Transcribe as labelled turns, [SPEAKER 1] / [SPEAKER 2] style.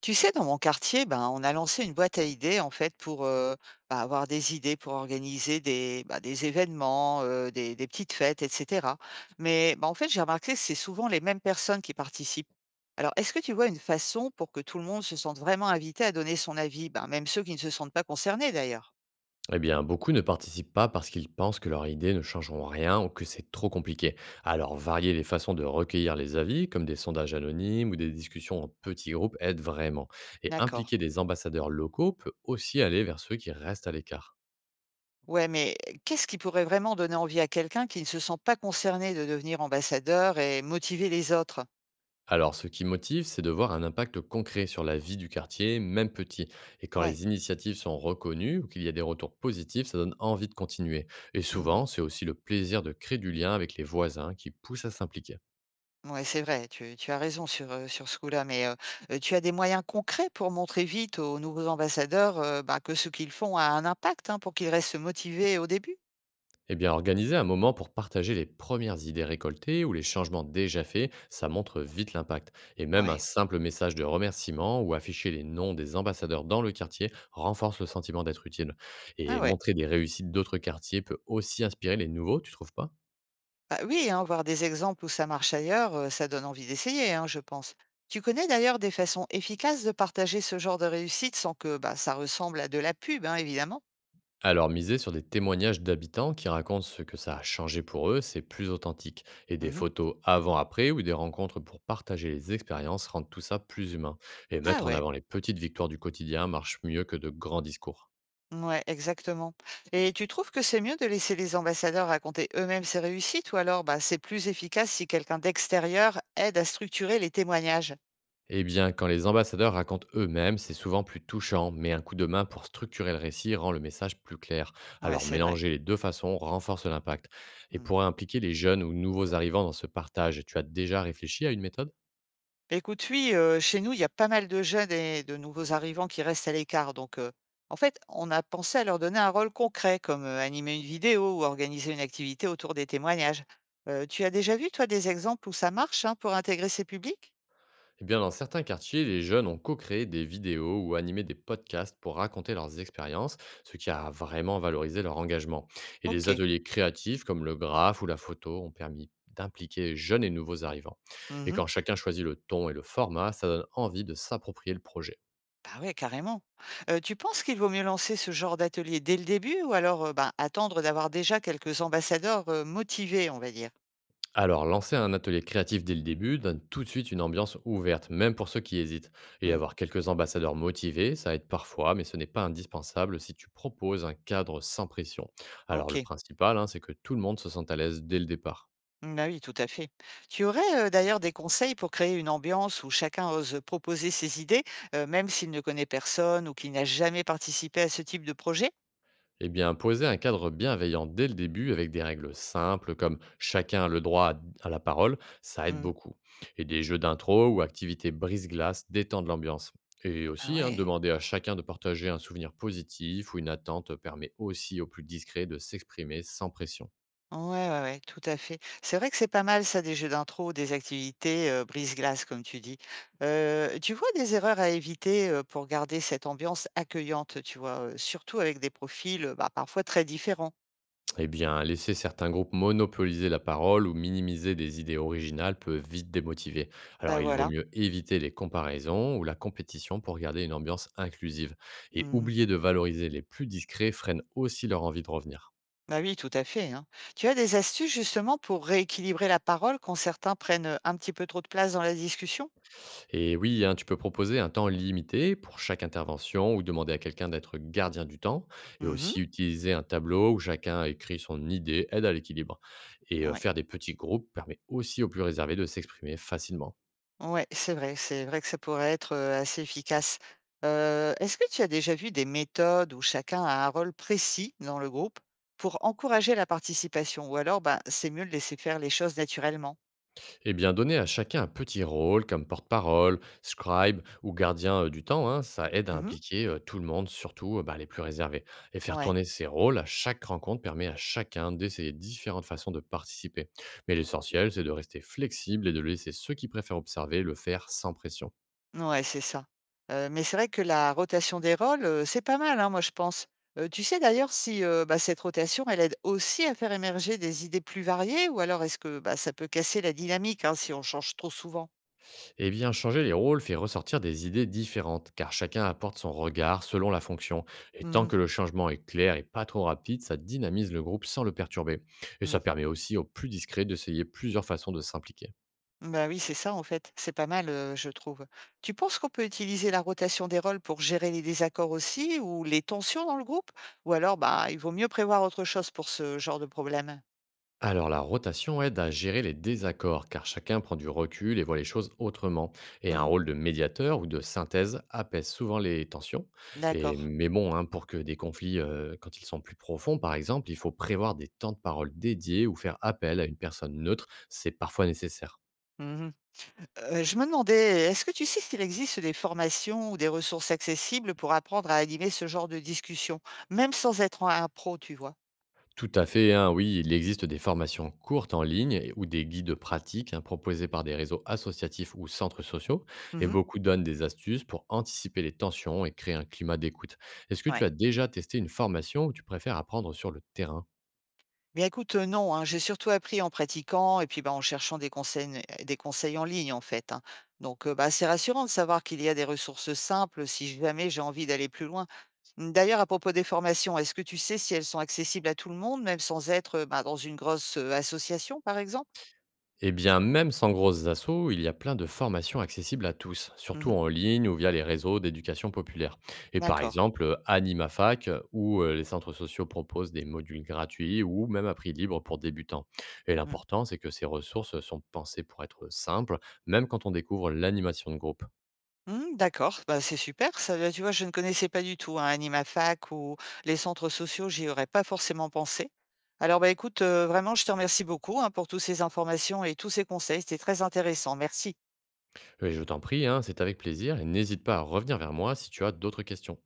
[SPEAKER 1] Tu sais, dans mon quartier, ben, on a lancé une boîte à idées en fait pour avoir des idées pour organiser des événements, des petites fêtes, etc. Mais bah, en fait, j'ai remarqué que c'est souvent les mêmes personnes qui participent. Alors, est-ce que tu vois une façon pour que tout le monde se sente vraiment invité à donner son avis, ben, même ceux qui ne se sentent pas concernés d'ailleurs?
[SPEAKER 2] Eh bien, beaucoup ne participent pas parce qu'ils pensent que leurs idées ne changeront rien ou que c'est trop compliqué. Alors, varier les façons de recueillir les avis, comme des sondages anonymes ou des discussions en petits groupes, aide vraiment. Et
[SPEAKER 1] D'accord.
[SPEAKER 2] impliquer des ambassadeurs locaux peut aussi aller vers ceux qui restent à l'écart.
[SPEAKER 1] Ouais, mais qu'est-ce qui pourrait vraiment donner envie à quelqu'un qui ne se sent pas concerné de devenir ambassadeur et motiver les autres?
[SPEAKER 2] Alors, ce qui motive, c'est de voir un impact concret sur la vie du quartier, même petit. Et quand
[SPEAKER 1] Ouais.
[SPEAKER 2] les initiatives sont reconnues ou qu'il y a des retours positifs, ça donne envie de continuer. Et
[SPEAKER 1] Mmh.
[SPEAKER 2] souvent, c'est aussi le plaisir de créer du lien avec les voisins qui pousse à s'impliquer.
[SPEAKER 1] Ouais, c'est vrai, tu as raison sur, sur ce coup-là, mais tu as des moyens concrets pour montrer vite aux nouveaux ambassadeurs, que ce qu'ils font a un impact, hein, pour qu'ils restent motivés au début?
[SPEAKER 2] Eh bien, organiser un moment pour partager les premières idées récoltées ou les changements déjà faits, ça montre vite l'impact. Et même un
[SPEAKER 1] Ouais.
[SPEAKER 2] simple message de remerciement ou afficher les noms des ambassadeurs dans le quartier renforce le sentiment d'être utile.
[SPEAKER 1] Ah
[SPEAKER 2] Et
[SPEAKER 1] ouais.
[SPEAKER 2] montrer des réussites d'autres quartiers peut aussi inspirer les nouveaux, tu trouves pas?
[SPEAKER 1] Bah, oui, hein, voir des exemples où ça marche ailleurs, ça donne envie d'essayer, hein, je pense. Tu connais d'ailleurs des façons efficaces de partager ce genre de réussite sans que, bah, ça ressemble à de la pub, hein, évidemment?
[SPEAKER 2] Alors, miser sur des témoignages d'habitants qui racontent ce que ça a changé pour eux, c'est plus authentique. Et des
[SPEAKER 1] Mmh.
[SPEAKER 2] photos avant-après ou des rencontres pour partager les expériences rendent tout ça plus humain. Et
[SPEAKER 1] Ah
[SPEAKER 2] mettre en
[SPEAKER 1] ouais.
[SPEAKER 2] avant les petites victoires du quotidien marche mieux que de grands discours.
[SPEAKER 1] Ouais, exactement. Et tu trouves que c'est mieux de laisser les ambassadeurs raconter eux-mêmes ces réussites ou alors bah, c'est plus efficace si quelqu'un d'extérieur aide à structurer les témoignages?
[SPEAKER 2] Eh bien, quand les ambassadeurs racontent eux-mêmes, c'est souvent plus touchant, mais un coup de main pour structurer le récit rend le message plus clair.
[SPEAKER 1] Ouais,
[SPEAKER 2] Alors,
[SPEAKER 1] c'est vrai.
[SPEAKER 2] mélanger les deux façons renforce l'impact. Et
[SPEAKER 1] Mm.
[SPEAKER 2] pour impliquer les jeunes ou nouveaux arrivants dans ce partage, tu as déjà réfléchi à une méthode?
[SPEAKER 1] Écoute, oui, chez nous, il y a pas mal de jeunes et de nouveaux arrivants qui restent à l'écart. Donc, en fait, on a pensé à leur donner un rôle concret, comme animer une vidéo ou organiser une activité autour des témoignages. Tu as déjà vu, toi, des exemples où ça marche hein, pour intégrer ces publics?
[SPEAKER 2] Eh bien, dans certains quartiers, les jeunes ont co-créé des vidéos ou animé des podcasts pour raconter leurs expériences, ce qui a vraiment valorisé leur engagement. Et
[SPEAKER 1] Ok.
[SPEAKER 2] des ateliers créatifs comme le graphe ou la photo ont permis d'impliquer jeunes et nouveaux arrivants. Et
[SPEAKER 1] Mhm.
[SPEAKER 2] quand chacun choisit le ton et le format, ça donne envie de s'approprier le projet.
[SPEAKER 1] Bah ouais, carrément. Tu penses qu'il vaut mieux lancer ce genre d'atelier dès le début ou alors, ben, attendre d'avoir déjà quelques ambassadeurs, motivés, on va dire?
[SPEAKER 2] Alors, lancer un atelier créatif dès le début donne tout de suite une ambiance ouverte, même pour ceux qui hésitent. Et
[SPEAKER 1] Mmh.
[SPEAKER 2] avoir quelques ambassadeurs motivés, ça aide parfois, mais ce n'est pas indispensable si tu proposes un cadre sans pression. Alors, le
[SPEAKER 1] OK.
[SPEAKER 2] principal, hein, c'est que tout le monde se sente à l'aise dès le départ.
[SPEAKER 1] Mmh, bah, oui, tout à fait. Tu aurais, d'ailleurs des conseils pour créer une ambiance où chacun ose proposer ses idées, même s'il ne connaît personne ou qu'il n'a jamais participé à ce type de projet?
[SPEAKER 2] Eh bien, poser un cadre bienveillant dès le début avec des règles simples comme chacun a le droit à la parole, ça aide
[SPEAKER 1] Mmh.
[SPEAKER 2] beaucoup. Et des jeux d'intro ou activités brise-glace détendent l'ambiance. Et
[SPEAKER 1] Ah
[SPEAKER 2] aussi, hein,
[SPEAKER 1] ouais.
[SPEAKER 2] demander à chacun de partager un souvenir positif ou une attente permet aussi aux plus discrets de s'exprimer sans pression.
[SPEAKER 1] Ouais, ouais, ouais, tout à fait. C'est vrai que c'est pas mal ça, des jeux d'intro, des activités brise-glace, comme tu dis. Tu vois des erreurs à éviter pour garder cette ambiance accueillante, tu vois, surtout avec des profils bah, parfois très différents.
[SPEAKER 2] Eh bien, laisser certains groupes monopoliser la parole ou minimiser des idées originales peut vite démotiver.
[SPEAKER 1] Bah
[SPEAKER 2] Alors, il vaut
[SPEAKER 1] voilà.
[SPEAKER 2] mieux éviter les comparaisons ou la compétition pour garder une ambiance inclusive. Et
[SPEAKER 1] Mhm.
[SPEAKER 2] oublier de valoriser les plus discrets freine aussi leur envie de revenir.
[SPEAKER 1] Bah oui, tout à fait, hein. Tu as des astuces justement pour rééquilibrer la parole quand certains prennent un petit peu trop de place dans la discussion?
[SPEAKER 2] Et oui, hein, tu peux proposer un temps limité pour chaque intervention ou demander à quelqu'un d'être gardien du temps. Et
[SPEAKER 1] Mhm.
[SPEAKER 2] aussi utiliser un tableau où chacun écrit son idée aide à l'équilibre. Et
[SPEAKER 1] Ouais.
[SPEAKER 2] faire des petits groupes permet aussi aux plus réservés de s'exprimer facilement.
[SPEAKER 1] Ouais, c'est vrai que ça pourrait être, assez efficace. Est-ce que tu as déjà vu des méthodes où chacun a un rôle précis dans le groupe pour encourager la participation? Ou alors, ben, c'est mieux de laisser faire les choses naturellement?
[SPEAKER 2] Eh bien, donner à chacun un petit rôle comme porte-parole, scribe ou gardien du temps, hein, ça aide à
[SPEAKER 1] Mmh.
[SPEAKER 2] impliquer tout le monde, surtout bah, les plus réservés. Et faire
[SPEAKER 1] Ouais,
[SPEAKER 2] tourner ces rôles à chaque rencontre permet à chacun d'essayer différentes façons de participer. Mais l'essentiel, c'est de rester flexible et de laisser ceux qui préfèrent observer le faire sans pression.
[SPEAKER 1] ouais, c'est ça. Mais c'est vrai que la rotation des rôles, c'est pas mal, hein, moi, je pense. Tu sais d'ailleurs si, bah, cette rotation, elle aide aussi à faire émerger des idées plus variées? Ou alors est-ce que, bah, ça peut casser la dynamique, hein, si on change trop souvent?
[SPEAKER 2] Eh bien, changer les rôles fait ressortir des idées différentes, car chacun apporte son regard selon la fonction. Et tant
[SPEAKER 1] Mmh.
[SPEAKER 2] que le changement est clair et pas trop rapide, ça dynamise le groupe sans le perturber. Et
[SPEAKER 1] Mmh.
[SPEAKER 2] ça permet aussi aux plus discrets d'essayer plusieurs façons de s'impliquer.
[SPEAKER 1] Bah oui, c'est ça en fait, c'est pas mal, je trouve. Tu penses qu'on peut utiliser la rotation des rôles pour gérer les désaccords aussi ou les tensions dans le groupe? Ou alors, bah, il vaut mieux prévoir autre chose pour ce genre de problème?
[SPEAKER 2] Alors la rotation aide à gérer les désaccords car chacun prend du recul et voit les choses autrement. Et un
[SPEAKER 1] Mmh,
[SPEAKER 2] rôle de médiateur ou de synthèse apaise souvent les tensions. Et,
[SPEAKER 1] d'accord.
[SPEAKER 2] mais bon, hein, pour que des conflits, quand ils sont plus profonds par exemple, il faut prévoir des temps de parole dédiés ou faire appel à une personne neutre. C'est parfois nécessaire.
[SPEAKER 1] Mmh mh. Je me demandais, est-ce que tu sais s'il existe des formations ou des ressources accessibles pour apprendre à animer ce genre de discussion? Même sans être un pro, tu vois?
[SPEAKER 2] Tout à fait, hein, oui, il existe des formations courtes en ligne ou des guides pratiques, hein, proposés par des réseaux associatifs ou centres sociaux, et
[SPEAKER 1] Mmh.
[SPEAKER 2] beaucoup donnent des astuces pour anticiper les tensions et créer un climat d'écoute. Est-ce que tu
[SPEAKER 1] Ouais.
[SPEAKER 2] as déjà testé une formation ou tu préfères apprendre sur le terrain?
[SPEAKER 1] Bien écoute, non, hein, j'ai surtout appris en pratiquant et puis, bah, en cherchant des conseils en ligne, en fait, hein. Donc, bah, c'est rassurant de savoir qu'il y a des ressources simples si jamais j'ai envie d'aller plus loin. Mmh, d'ailleurs, à propos des formations, est-ce que tu sais si elles sont accessibles à tout le monde, même sans être, bah, dans une grosse, association, par exemple?
[SPEAKER 2] Eh bien, même sans grosses assauts, il y a plein de formations accessibles à tous, surtout
[SPEAKER 1] Mmh.
[SPEAKER 2] en ligne ou via les réseaux d'éducation populaire. Et par
[SPEAKER 1] D'accord.
[SPEAKER 2] exemple, AnimaFac, où les centres sociaux proposent des modules gratuits ou même à prix libre pour débutants. Et
[SPEAKER 1] Mmh.
[SPEAKER 2] l'important, c'est que ces ressources sont pensées pour être simples, même quand on découvre l'animation de groupe.
[SPEAKER 1] Mmh, d'accord, bah, c'est super ça, bah, tu vois? Je ne connaissais pas du tout, hein, Animafac ou les centres sociaux, j'y aurais pas forcément pensé. Alors, bah, écoute, vraiment, je te remercie beaucoup, hein, pour toutes ces informations et tous ces conseils, c'était très intéressant. Merci.
[SPEAKER 2] Et je t'en prie, hein, c'est avec plaisir, et n'hésite pas à revenir vers moi si tu as d'autres questions.